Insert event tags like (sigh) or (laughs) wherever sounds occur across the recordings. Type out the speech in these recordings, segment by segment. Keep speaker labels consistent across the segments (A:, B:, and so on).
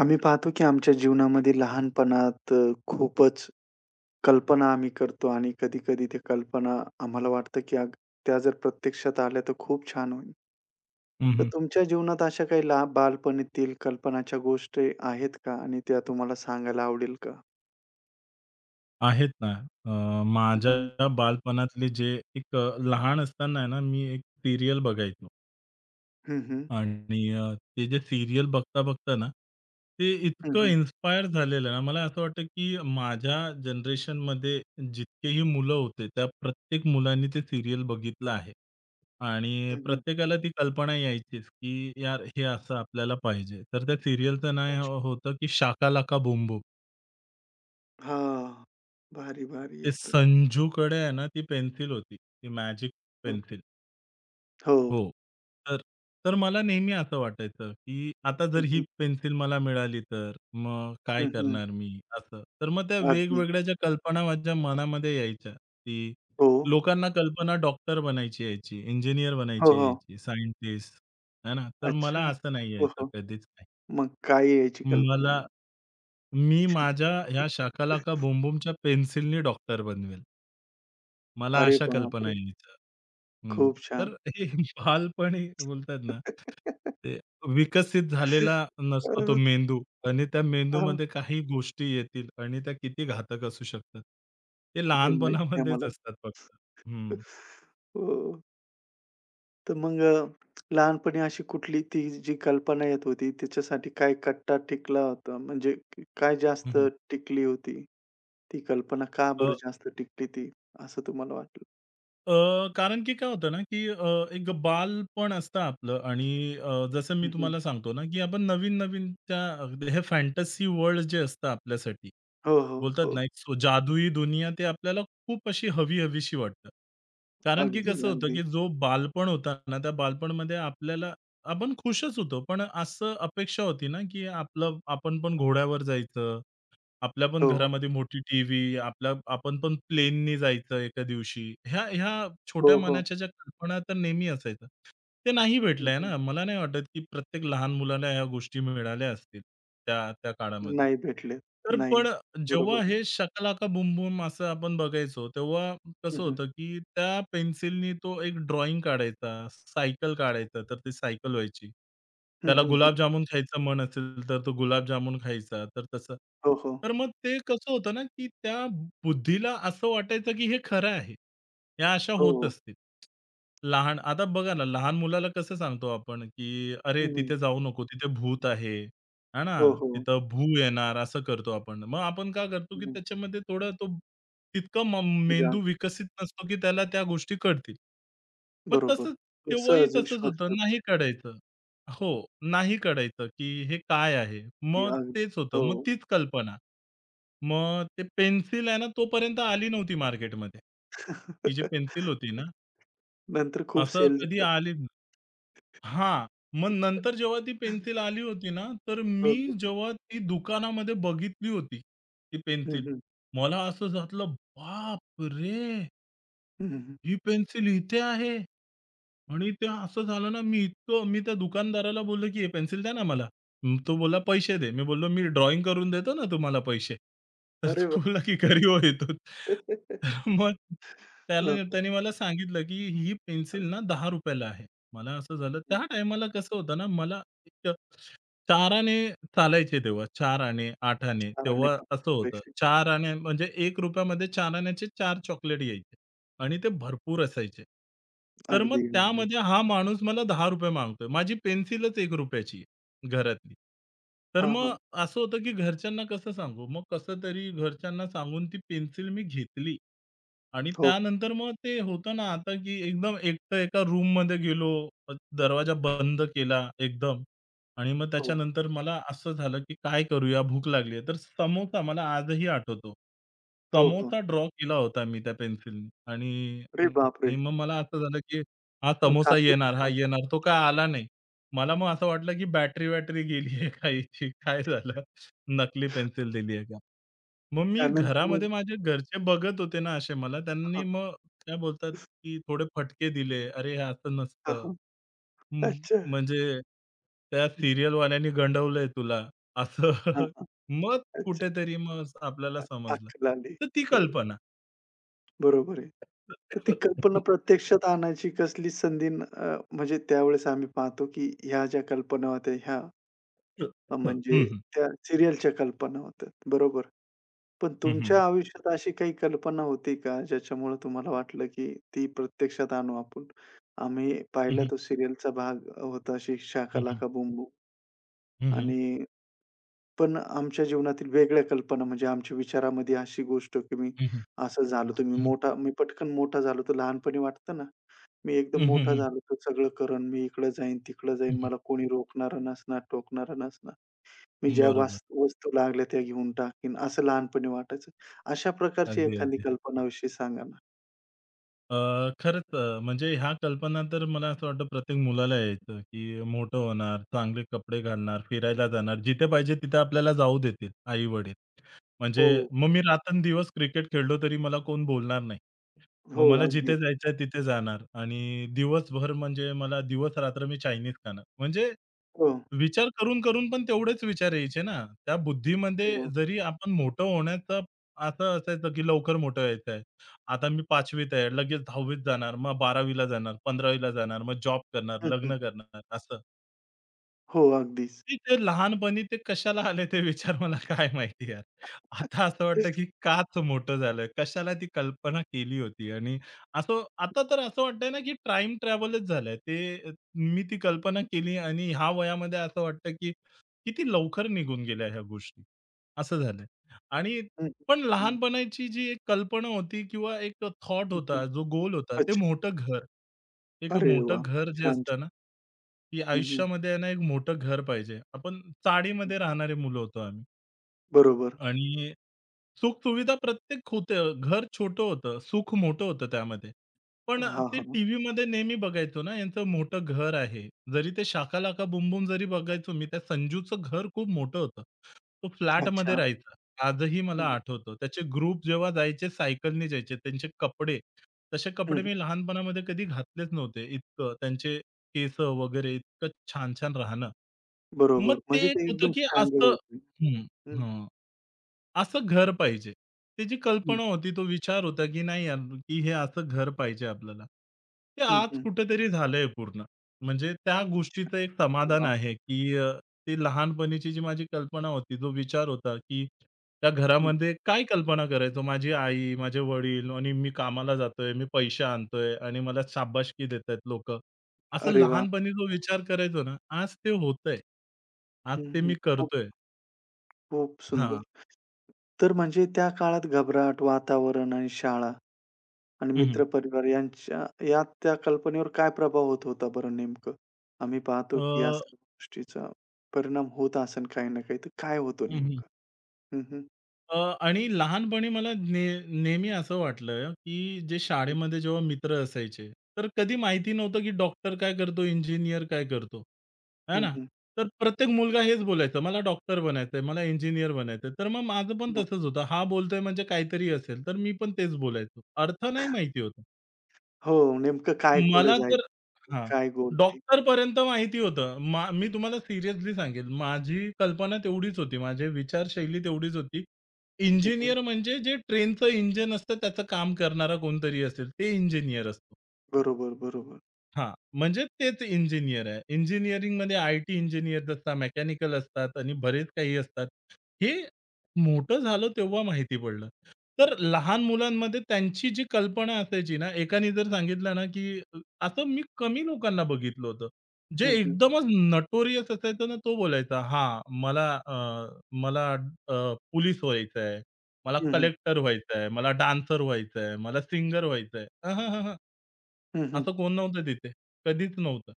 A: आम्ही पाहतो की आमच्या जीवनामध्ये लहानपणात खूपच कल्पना आम्ही करतो आणि कधी-कधी त्या कल्पना आम्हाला वाटतं की त्या जर प्रत्यक्षात आल्या तर खूप छान होईल.
B: हं,
A: तर
B: हं.
A: तुमच्या जीवनात अशा काही लहान बालपणीतील कल्पनाच्या गोष्टी आहेत का? आणि त्या तुम्हाला सांगायला आवडेल का?
B: आहेत ना. अ,
A: हं, हं.
B: माझ्या बालपणातले जे एक लहान असताना आहे ना, मी एक सीरियल बघायचो.
A: हं, हं.
B: आणि ते जे सीरियल बघता-बघता ना, ते इतकं इन्स्पायर झालेलं ना, मला असं वाटतं की माझ्या जनरेशनमध्ये जितकेही मुलं होते, त्या प्रत्येक मुलांनी ते सीरियल बघितलं आहे. आणि प्रत्येकाला ती कल्पना यायचीच की यार, हे असं आपल्याला पाहिजे. तर त्या सीरियलचं
A: अच्छा.
B: नाव होतं की शाका लाका बूम बूम.
A: हां. भारी, भारी
B: ते
A: एकदम.
B: संजूकडे आहे ना, ती पेन्सिल होती. ती मॅजिक
A: हो.
B: पेन्सिल.
A: हो.
B: हो. तर तर मला नेहमी असं वाटायचं, की आता
A: हं,
B: जर ही
A: हं.
B: पेन्सिल मला मिळाली तर, मग काय करणार मी? असं. तर मग त्या
A: अगदी.
B: वेगवेगळ्या ज्या कल्पना माझ्या मनामध्ये यायच्या, की
A: हो.
B: लोकांना कल्पना डॉक्टर बनायची यायची, इंजिनिअर
A: हो,
B: बनायची
A: हो.
B: यायची, सायंटिस्ट, आहे ना? तर
A: अच्छा.
B: मला असं नाही
A: हो,
B: यायचं
A: हो.
B: कधीच नाही.
A: मग काय यायची कल्पना
B: मला
A: नाही.
B: मी माझ्या ह्या
A: (laughs)
B: शाका लाका पेन्सिलनी डॉक्टर बनवेल. मला
A: अरे
B: अशा कल्पना
A: बापरे!
B: यायच्या. हं.
A: खूप
B: तर
A: छान.
B: हे (laughs) बालपणी बोलतात ना, ते विकसित झालेला नसतो तो
A: अ,
B: मेंदू आणि त्या
A: हां,
B: मेंदूमध्ये काही गोष्टी येतील आणि त्या किती घातक असू शकतात. ते
A: हे माहीत नाही
B: लहानपणामध्येच
A: मला.
B: असतात फक्त. हं.
A: हो, तर मग लहानपणी अशी कुठली ती जी कल्पना येत होती, तिच्यासाठी काय कट्टा टिकला होता? म्हणजे काय
B: हं,
A: जास्त
B: हं.
A: टिकली होती? ती कल्पना का
B: अ
A: बरं जास्त टिकली ती, असं तुम्हाला वाटलं?
B: अ, कारण की काय होतं ना, की एक बालपण असतं आपलं आणि जसं मी
A: हं, हं.
B: तुम्हाला सांगतो ना, की आपण नवीन-नवीन त्या अगदी हे फॅन्टसी वर्ल्ड जे असतं आपल्यासाठी,
A: हो, हो,
B: बोलतात
A: हो.
B: ना, एक सो जादुई दुनिया ते आपल्याला खूप अशी हवी-हवीशी वाटतं. कारण की
A: अगदी,
B: कसं होतं,
A: अगदी.
B: की जो बालपण होता ना, त्या बालपणमध्ये आपल्याला आपण खुशच होतो. पण असं अपेक्षा होती ना, की आपलं आपण पण घोड्यावर जायचं, आपल्या पण
A: हो,
B: घरामध्ये मोठी टीव्ही, आपल्या आपण पण प्लेननी जायचं एका दिवशी. ह्या ह्या
A: हो,
B: छोट्या
A: हो.
B: मनाच्या ज्या कल्पना तर नेहमी असायच्या. ते नाही
A: हं,
B: भेटलंय
A: हं.
B: ना. मला नाही वाटत, की प्रत्येक लहान मुलाला ह्या गोष्टी मिळाल्या असतील त्या त्या काळामध्ये.
A: नाही भेटले.
B: तर
A: नाही.
B: पण
A: बरोबर
B: जेव्हा
A: आहे.
B: हे "शकालाका बूम बूम" असं आपण बघायचो, तेव्हा
A: हं,
B: कसं
A: हं.
B: होतं, की त्या पेन्सिलनी तो एक ड्रॉइंग काढायचा, सायकल काढायचा, तर ती सायकल व्हायची.
A: हं,
B: त्याला
A: हं, हं.
B: गुलाबजामुन खायचं मन असेल, तर तो गुलाबजामुन खायचा, तर तसं.
A: हो, हो.
B: तर मग ते कसं होतं ना, की त्या बुद्धीला असं वाटायचं, की हे खरं आहे. या अशा
A: हो.
B: होत असतील. लहान आता बघा ना, लहान मुलाला कसं सांगतो आपण, की "अरे,
A: हं, हं.
B: तिथे जाऊ नको, तिथे भूत आहे." हां ना,
A: हो, हो.
B: तिथं भू येणार असं करतो आपण. मग आपण का करतो, की
A: हं.
B: त्याच्यामध्ये थोडं तो तितकं
A: ते
B: मेंदू
A: अगदी
B: विकसित नसतो, की त्याला त्या गोष्टी कळतील. मग
A: बरोबर.
B: तसंच तेव्हाही
A: सहज
B: तसंच
A: विश्वास
B: होतं.
A: ठेवतो
B: नाही कळायचं. हो, नाही कळायचं, की हे काय आहे?
A: की
B: मग
A: अगदी.
B: तेच होतं.
A: हो.
B: मग तीच कल्पना. मग ते पेन्सिल आहे ना, तोपर्यंत आली नव्हती मार्केटमध्ये. ती जी पेन्सिल
A: (laughs)
B: होती ना,
A: नंतर खूप
B: असं
A: सेल
B: कधी
A: झालं.
B: आली. हां. मग नंतर जेव्हा ती पेन्सिल आली होती ना, तर
A: हो,
B: मी
A: हो.
B: जेव्हा ती दुकानामध्ये बघितली होती, ती
A: हं,
B: पेन्सिल,
A: हं.
B: मला असं झालं, बाप रे,
A: हं, हं.
B: ही पेन्सिल इथे आहे. आणि ते असं झालं ना, मी त्या दुकानदाराला बोललो, की "हे पेन्सिल द्या ना मला." मग तो बोलला, "पैसे दे." मी बोललो, "मी ड्रॉइंग करून देतो ना तुम्हाला पैसे." तर
A: अरे वाह!
B: तो बोलला, की "घरी हो इथून." तर मग
A: हो, हो.
B: त्याने मला सांगितलं, की ही पेन्सिल ना ₹10 ला आहे. मला असं झालं
A: हं.
B: त्या टायमाला कसं होतं ना, मला 4 आणे चालायचे तेव्हा. 4 आणे, 8 आणे
A: 4 आणि
B: तेव्हा
A: 5
B: असं
A: (laughs)
B: होतं.
A: पैसे.
B: 4 आणे म्हणजे ₹1 मध्ये 4 आण्याचे 4 चॉकलेट यायचे आणि ते भरपूर असायचे. तर मग
A: अगदी, अगदी.
B: त्यामध्ये हा माणूस मला ₹10 मागतोय. माझी पेन्सिलच ₹1 ची आहे घरातली. तर
A: हां,
B: मग
A: हां.
B: असं होतं, की घरच्यांना कसं सांगू? मग कसं तरी घरच्यांना सांगून ती पेन्सिल मी घेतली आणि
A: हो,
B: त्यानंतर मग ते होतं ना आता, की एकदम एकटं एका रूममध्ये गेलो, दरवाजा बंद केला एकदम आणि मग
A: हो.
B: त्याच्यानंतर मला असं झालं, की काय करूया? भूक लागली आहे. तर समोसा मला आजही आठवतो.
A: हो, हो.
B: समोसा ड्रॉ केला होता मी त्या पेन्सिलनी आणि
A: अरे
B: आणि
A: बापरे!
B: मग मला असं झालं, की हा
A: मग
B: समोसा
A: कागदच
B: येणार, हा
A: खाल्लं.
B: येणार. तो काय आला नाही. मला मग असं वाटलं, की बॅटरी-वॅटरी गेली आहे का याची? (laughs) काय झालं? नकली पेन्सिल दिली आहे का? मग मी
A: त्यानंतर मग
B: घरामध्ये माझे घरचे बघत होते ना असे मला. त्यांनी
A: हां,
B: मग काय बोलतात, की थोडे फटके दिले. "अरे, हे असं
A: हां,
B: नसतं.
A: हां.
B: हं,
A: अच्छा.
B: म्हणजे त्या
A: हं.
B: सीरियलवाल्यांनी गंडवलंय तुला." असं.
A: हां,
B: (laughs)
A: हां.
B: मग
A: अच्छा.
B: कुठेतरी मग आपल्याला समजलं.
A: अक्कल आली.
B: तर ती
A: हो.
B: कल्पना.
A: बरोबर आहे. तर ती कल्पना प्रत्यक्षात आणायची कसली संधी न म्हणजे त्यावेळेस आम्ही पाहतो, की ह्या ज्या कल्पना होत्या ह्या
B: हं,
A: म्हणजे
B: हं.
A: त्या सीरियलच्या कल्पना होत्या. बरोबर. पण
B: हं, हं.
A: तुमच्या आयुष्यात अशी काही कल्पना होती का, ज्याच्यामुळे तुम्हाला वाटलं, की ती प्रत्यक्षात आणू आपण? आम्ही
B: हं,
A: पाहिला
B: हं.
A: तो सीरियलचा भाग होता शाका
B: हं, हं.
A: लाका बूम
B: हं, हं.
A: आणि पण आमच्या जीवनातील वेगळ्या कल्पना म्हणजे आमच्या विचारामध्ये अशी गोष्ट, की मी
B: हं, हं.
A: असं झालो, तर
B: हं, हं.
A: मोठा मी पटकन मोठा झालो, तर लहानपणी वाटतं ना, मी एकदम
B: हं,
A: मोठा
B: हं.
A: झालो तर सगळं करेन. मी इकडं जाईन, तिकडं
B: हं,
A: जाईन.
B: हं.
A: मला कोणी रोखणारं नसणार, टोकणारं नसणार. मी ज्या
B: बरोबर.
A: वास वस्तू लागल्या त्या घेऊन टाकीन, असं लहानपणी वाटायचं. अशा प्रकारची
B: अगदी,
A: एखादी
B: अगदी.
A: कल्पनाविषयी सांगा ना?
B: अ, खरंच, म्हणजे ह्या कल्पना तर मला असं वाटतं प्रत्येक मुलाला यायचं, की मोठं होणार, चांगले कपडे घालणार, फिरायला जाणार, जिथे पाहिजे तिथे आपल्याला जाऊ देतील आई-वडील. म्हणजे
A: हो,
B: मग मी रात्रंदिवस क्रिकेट खेळलो तरी मला कोण बोलणार नाही.
A: हो.
B: मग मला जिथे
A: अगदीच.
B: जायचंय तिथे जाणार आणि दिवसभर म्हणजे मला दिवस-रात्र मी चायनीज खाणार. म्हणजे
A: हो,
B: विचार करून, करून पण तेवढेच विचार यायचे ना. त्या बुद्धीमध्ये
A: हो.
B: जरी आपण मोठं होण्याचा असं असायचं, की लवकर मोठं व्हायचं आहे. आता मी 5वीत आहे, लगेच 10वीत जाणार, मग 12वीला जाणार, 15वीला जाणार, मग जॉब करणार,
A: हं, हं.
B: लग्न करणार असं.
A: हो, अगदीच.
B: ते ते लहानपणी ते कशाला आले ते विचार मला काय माहिती यार. आता असं वाटतं, की काच मोठं झालं. कशाला ती कल्पना केली होती आणि असं आता तर असं वाटतंय ना, की टाईम ट्रॅव्हलच झालंय. ते अ, मी ती कल्पना केली आणि ह्या वयामध्ये असं वाटतं, की किती लवकर निघून गेल्या ह्या गोष्टी, असं झालंय. आणि
A: हं, हं,
B: पण
A: हं.
B: लहानपणाची जी एक कल्पना होती किंवा एक थॉट होता, जो गोल होता, ते
A: अच्छा.
B: मोठं घर. एक
A: अरे
B: मोठं
A: वाह!
B: घर जे
A: छान, छान.
B: असतं ना, की
A: हं, हं,
B: आयुष्यामध्ये आहे ना, एक मोठं घर पाहिजे. आपण चाळीमध्ये राहणारे मुलं होतो आम्ही
A: बरोबर.
B: आणि सुख-सुविधा प्रत्येक होतं. घर छोटं होतं, सुख मोठं होतं त्यामध्ये. पण
A: हां,
B: ते
A: हां.
B: टीव्हीमध्ये नेहमी बघायचो ना, यांचं मोठं घर आहे. जरी ते शाका लाका बूम बूम जरी बघायचो मी, त्या संजूचं घर खूप मोठं होतं. तो फ्लॅटमध्ये
A: अच्छा.
B: राहायचा. आजही
A: हं,
B: मला
A: हं.
B: आठवतं. त्याचे ग्रुप जेव्हा जायचे सायकलने जायचे. त्यांचे कपडे, तसे कपडे मी लहानपणामध्ये कधी घातलेच नव्हते इतकं. त्यांचे केसं वगैरे इतकं छान-छान राहणं. मग
A: बरोबर. म्हणजे
B: ते एक
A: ते
B: होतं
A: एकदम
B: की
A: स्टँडर्ड
B: असं,
A: होते.
B: हं,
A: हं,
B: हं, असं घर पाहिजे. त्याची
A: हं.
B: कल्पना होती, तो विचार होता, की नाही यार, की हे असं घर पाहिजे आपल्याला. ते
A: हं,
B: आज
A: हं.
B: कुठेतरी झालंय पूर्ण. म्हणजे त्या
A: अच्छा.
B: गोष्टीचं एक
A: अरे
B: समाधान
A: वाह!
B: आहे, की ती लहानपणीची जी माझी कल्पना होती, जो विचार होता, की त्या
A: हं.
B: घरामध्ये काय कल्पना करायचो? माझी आई, माझे वडील आणि मी कामाला जातोय, मी पैसे आणतोय आणि मला शाबासकी देतायत लोकं. असं
A: अरे वाह!
B: लहानपणी जो विचार करायचो ना, आज ते होतंय. आज
A: हं,
B: ते मी
A: हं. खूप,
B: करतोय.
A: खूप सुंदर.
B: हां.
A: तर म्हणजे त्या काळात घबराट, वातावरण आणि शाळा आणि मित्रपरिवार यांच्या या त्या कल्पनेवर काय प्रभाव होत होता बरं नेमकं? आम्ही पाहतो की या सर्व गोष्टीचा परिणाम होत असेल काही ना काही, तर काय होतो
B: हं, हं.
A: नेमकं? हं, हं.
B: अ, आणि लहानपणी मला नेहमी असं वाटलं, की जे
A: हं,
B: शाळेमध्ये जेव्हा मित्र असायचे, तर कधी माहिती नव्हतं, की डॉक्टर काय करतो, इंजिनिअर काय करतो, आहे
A: हं,
B: ना?
A: हं.
B: तर प्रत्येक मुलगा हेच बोलायचा, "मला डॉक्टर बनायचंय, मला इंजिनिअर बनायचंय." तर मग माझं पण
A: हो.
B: तसंच होतं. हा बोलतोय म्हणजे काहीतरी असेल, तर मी पण तेच बोलायचो. अर्थ नाही माहिती होता.
A: हो, नेमकं काय कुठे
B: मला तर,
A: जायचं?
B: हां,
A: काय गोल आहे?
B: डॉक्टरपर्यंत माहिती होतं. मी तुम्हाला सिरियसली सांगेल, माझी कल्पना तेवढीच होती. माझी विचारशैली तेवढीच होती.
A: हं, हं.
B: इंजिनिअर म्हणजे जे ट्रेनचं इंजिन असतं त्याचं काम करणारा कोणतरी असेल, ते इंजिनिअर असतो.
A: बरोबर, बरोबर.
B: हां, म्हणजे तेच इंजिनियर आहे. इंजिनिअरिंगमध्ये आय-टी इंजिनियर असतात, मेकॅनिकल असतात आणि बरेच काही असतात. हे मोठं झालं तेव्हा माहिती पडलं. तर लहान मुलांमध्ये त्यांची जी कल्पना असायची ना, एकाने जर सांगितलं ना, की असं मी कमी लोकांना बघितलं होतं. जे
A: हं, हं.
B: एकदमच नोटोरियस असायचं ना, तो बोलायचा, "हां, मला पोलीस व्हायचं आहे, मला
A: हं, हं.
B: कलेक्टर व्हायचं आहे, मला डान्सर व्हायचं आहे, मला सिंगर व्हायचं आहे."
A: हं, हं.
B: असं कोण नव्हतं तिथे. कधीच नव्हतं.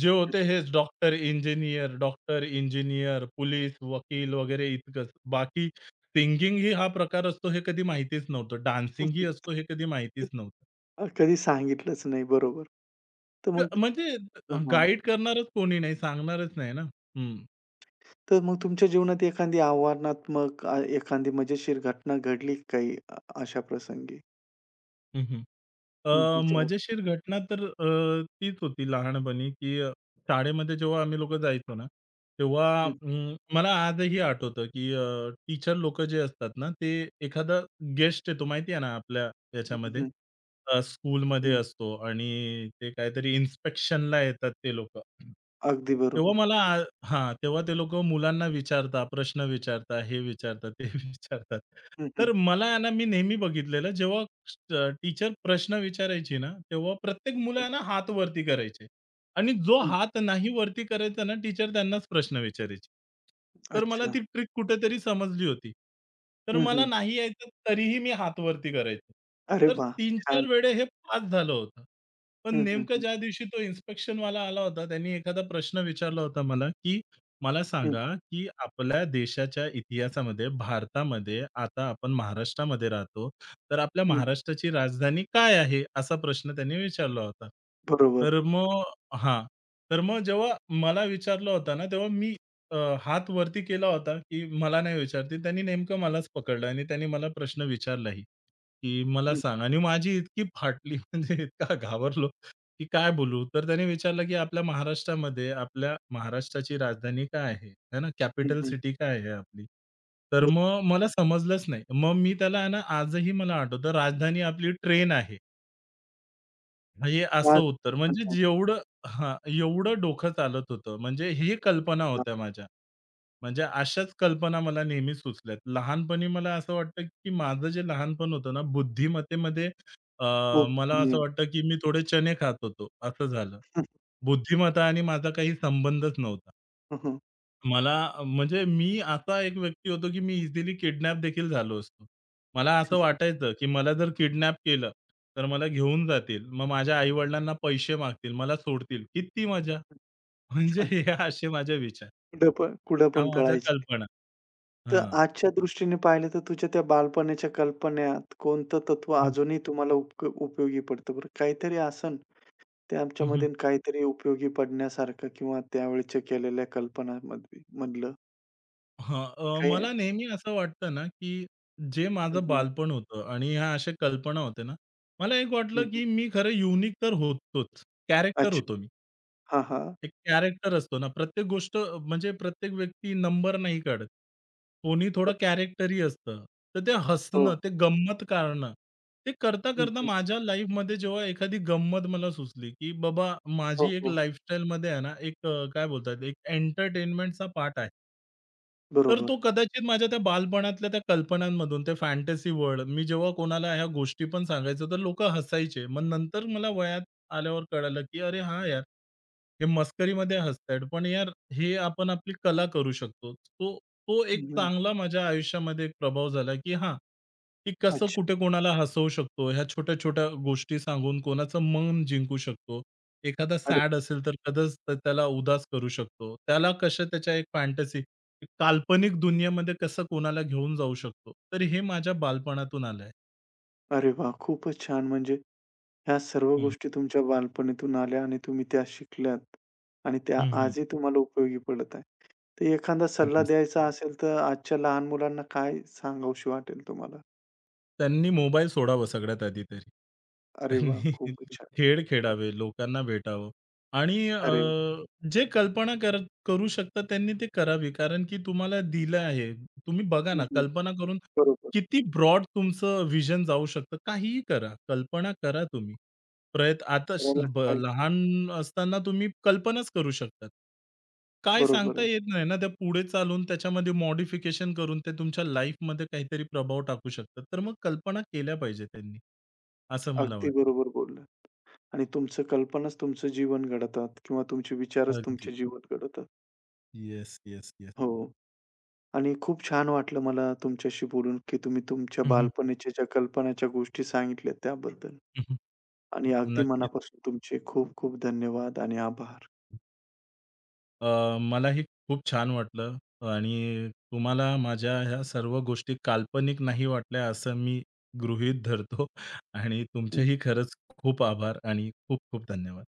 B: जे होते हेच doctor, engineer, doctor, engineer, police, वकील वगैरे इतकंच. बाकी सिंगिंगही हा प्रकार असतो हे कधी माहितीच नव्हतं. डान्सिंगही
A: अच्छा.
B: असतो हे कधी माहितीच नव्हतं.
A: कधी सांगितलंच नाही. बरोबर. तर मग
B: म्हणजे
A: हां, हां.
B: गाईड करणारच कोणी नाही, सांगणारच नाही ना. हं.
A: तर मग तुमच्या जीवनात एखादी आव्हानात्मक एखादी मजेशीर घटना घडली का काही अशा प्रसंगी?
B: हं,
A: हं, हं. जेव्हा
B: मजेशीर घटना तर तीच होती लहानपणी, की शाळेमध्ये जेव्हा आम्ही लोकं जायचो ना, तेव्हा
A: हं,
B: मला आजही आठवतं, की टीचर लोकं जे असतात ना, ते एखादा गेस्ट येतो माहिती आहे ना, आपल्या
A: हं,
B: याच्यामध्ये
A: हं,
B: स्कूलमध्ये
A: हं.
B: असतो आणि ते काहीतरी इन्स्पेक्शनला येतात ते लोकं.
A: अगदी
B: तेव्हा
A: बरोबर.
B: मला हां, तेव्हा ते लोकं मुलांना विचारतात, प्रश्न विचारतात, हे विचारतात, ते (laughs) विचारतात.
A: हं, हं,
B: तर मला आहे ना, मी नेहमी बघितलेलं जेव्हा टीचर प्रश्न विचारायची ना, तेव्हा प्रत्येक
A: हं,
B: मुलांना हात वरती करायचे आणि जो
A: हं.
B: हात नाही वरती करायचा ना, टीचर त्यांनाच प्रश्न विचारायची. तर मला
A: अच्छा.
B: ती ट्रिक कुठेतरी समजली होती. तर
A: हं,
B: मला
A: हं.
B: नाही यायचं तरीही मी हात वरती करायचो.
A: अरे
B: तर
A: वाह!
B: 3-4
A: छान.
B: वेळे हे पास झालं होतं. पण
A: हं, हं,
B: नेमकं
A: हं,
B: ज्या दिवशी तो इन्स्पेक्शनवाला आला होता, त्यांनी एखादा प्रश्न विचारला होता मला, की "मला
A: हं,
B: सांगा, की आपल्या देशाच्या इतिहासामध्ये, भारतामध्ये, आता आपण महाराष्ट्रामध्ये राहतो. तर आपल्या
A: हं.
B: महाराष्ट्राची राजधानी काय आहे?" असा प्रश्न त्यांनी विचारला होता.
A: बरोबर.
B: तर मग, हां, तर मग जेव्हा मला विचारलं होतं ना, तेव्हा मी हात वरती केला होता, की मला नाही विचारतील. त्यांनी नेमकं मलाच पकडलं आणि त्यांनी मला प्रश्न विचारलाही, की "मला
A: हं,
B: सांग" आणि माझी इतकी फाटली, (laughs) म्हणजे इतका घाबरलो, की काय बोलू? तर त्याने विचारलं की आपल्या महाराष्ट्रामध्ये आपल्या महाराष्ट्राची राजधानी काय आहे? है ना?
A: हं,
B: कॅपिटल
A: हं.
B: सिटी काय आहे आपली? तर मग मला समजलंच नाही. मग मी त्याला आहे ना आजही मला आठवतं राजधानी आपली ट्रेन आहे. हे असं
A: धन्यवाद.
B: उत्तर म्हणजे जेवढं, हां, एवढं डोकं चालत होतं. म्हणजे ही कल्पना
A: खूप
B: होत्या माझ्या. म्हणजे अशाच कल्पना मला नेहमी सुचल्यात. लहानपणी मला असं वाटतं, की माझं जे लहानपण होतं ना, बुद्धिमत्तेमध्ये अ,
A: खूप
B: मला असं
A: धन्यवाद.
B: वाटतं, की मी थोडे चणे खात होतो, असं झालं.
A: हं,
B: बुद्धिमत्ता आणि माझा काही संबंधच नव्हता.
A: हं, हं.
B: म्हणजे मी असा एक व्यक्ती होतो, की मी इझिली किडनॅप देखील झालो असतो. मला असं
A: (laughs)
B: वाटायचं, की मला जर किडनॅप केलं, तर मला घेऊन जातील. मग माझ्या आई-वडिलांना पैसे मागतील, मला सोडतील. किती मजा! म्हणजे हे असे माझे विचार.
A: कुठं पण कुठं
B: ह्या
A: पण
B: माझ्या
A: पळायची.
B: कल्पना.
A: तर
B: हां.
A: आजच्या दृष्टीने पाहिलं तर तुझ्या त्या बालपणाच्या कल्पनेत कोणतं तत्व
B: हं,
A: अजूनही तुम्हाला उपयोगी पडतं बरं? काहीतरी असन
B: हं, हं.
A: त्याच्यामध्ये काहीतरी उपयोगी पडण्यासारखं किंवा त्यावेळच्या केलेल्या कल्पनामध्ये मधलं काही आहे?
B: मला नेहमी असं वाटतं ना, की जे
A: हं,
B: माझं
A: हं.
B: बालपण होतं आणि ह्या अशा कल्पना होत्या ना, मला एक
A: हं,
B: वाटलं,
A: हं.
B: की मी खरं युनिक तर होतोच. कॅरेक्टर
A: अच्छा.
B: होतो मी.
A: हां, हां.
B: एक कॅरेक्टर असतो ना, प्रत्येक गोष्ट म्हणजे प्रत्येक व्यक्ती नंबर नाही काढत. कोणी थोडं कॅरेक्टरी असतं. तर ते हसणं,
A: हो.
B: ते गंमत काढणं, ते
A: हं,
B: करता-करता
A: हं.
B: माझ्या लाईफमध्ये जेव्हा एखादी गंमत मला सुचली, की बाबा
A: हो,
B: माझी एक
A: हो.
B: लाईफस्टाईलमध्ये आहे ना, एक काय बोलतात, एक एंटरटेनमेंटचा पार्ट आहे. तर
A: बरोबर.
B: तो कदाचित माझ्या त्या बालपणातल्या त्या कल्पनांमधून, ते फॅन्टसी वर्ल्ड मी जेव्हा कोणाला ह्या गोष्टी पण सांगायचो, तर लोकं हसायचे. मग नंतर मला वयात आल्यावर कळालं, की अरे हां यार! हे मस्करीमध्ये हसतायत, पण यार हे आपण आपली कला करू शकतो. तो तो एक
A: हं, हं.
B: चांगला माझ्या आयुष्यामध्ये एक प्रभाव झाला, की हां, की कसं
A: अच्छा.
B: कुठे कोणाला हसवू शकतो. ह्या छोट्या-छोट्या गोष्टी सांगून कोणाचं मन जिंकू शकतो. एखादा
A: अरे,
B: सॅड असेल तर कदाच त्याला उदास करू शकतो. त्याला कशा त्याच्या एक फॅन्टसी काल्पनिक दुनियेमध्ये कसं कोणाला घेऊन जाऊ शकतो. तर हे माझ्या बालपणातून आलंय.
A: अरे वाह! खूपच छान म्हणजे ह्या सर्व
B: हं.
A: गोष्टी तुमच्या बालपणीतून आल्या आणि तुम्ही त्या शिकल्यात आणि त्या
B: हं, हं.
A: आजही तुम्हाला उपयोगी पडत आहे. तर एखादा सल्ला
B: येस.
A: द्यायचा असेल, तर आजच्या लहान मुलांना काय सांगावीशी वाटेल तुम्हाला?
B: त्यांनी मोबाईल सोडावं सगळ्यात आधी तरी. त्यांनी
A: अरे वाह! खूपच
B: (laughs)
A: छान.
B: खेळ खेळावे, लोकांना भेटावं आणि
A: अरे वाह!
B: जे कल्पना कर करू शकता त्यांनी ते करावी. कारण की तुम्हाला दिलं आहे. तुम्ही बघा
A: हं,
B: ना,
A: हं.
B: कल्पना करून
A: बरोबर.
B: किती ब्रॉड तुमचं विजन जाऊ शकतं. काहीही करा, कल्पना करा तुम्ही. प्रयत्न आता श
A: करायलाच
B: ब
A: पाहिजे.
B: लहान असताना तुम्ही कल्पनाच करू शकतात. काय
A: बरोबर
B: सांगता
A: आहे.
B: येत नाही ना, त्या पुढे चालून त्याच्यामध्ये मॉडिफिकेशन करून ते तुमच्या लाईफमध्ये काहीतरी प्रभाव टाकू शकतात. तर मग कल्पना केल्या पाहिजे त्यांनी, असं मला
A: अगदी
B: वाटतं.
A: बरोबर बोललात आणि तुमचं कल्पनाच तुमचं जीवन घडतात किंवा तुमचे विचारच
B: अगदी.
A: तुमचे जीवन घडवतात.
B: Yes, yes, yes.
A: हो आणि खूप छान वाटलं मला तुमच्याशी बोलून, की तुम्ही तुमच्या
B: हं,
A: बालपणीच्या ज्या कल्पनाच्या गोष्टी सांगितल्यात त्याबद्दल. आणि अगदी
B: नक्कीच.
A: मनापासून तुमचे खूप खूप धन्यवाद आणि आभार.
B: मलाही खूप छान वाटलं आणि तुम्हाला माझ्या ह्या सर्व गोष्टी काल्पनिक नाही वाटल्या असं मी गृहीत धरतो आणि तुमचेही खरंच खूप आभार आणि खूप खूप धन्यवाद.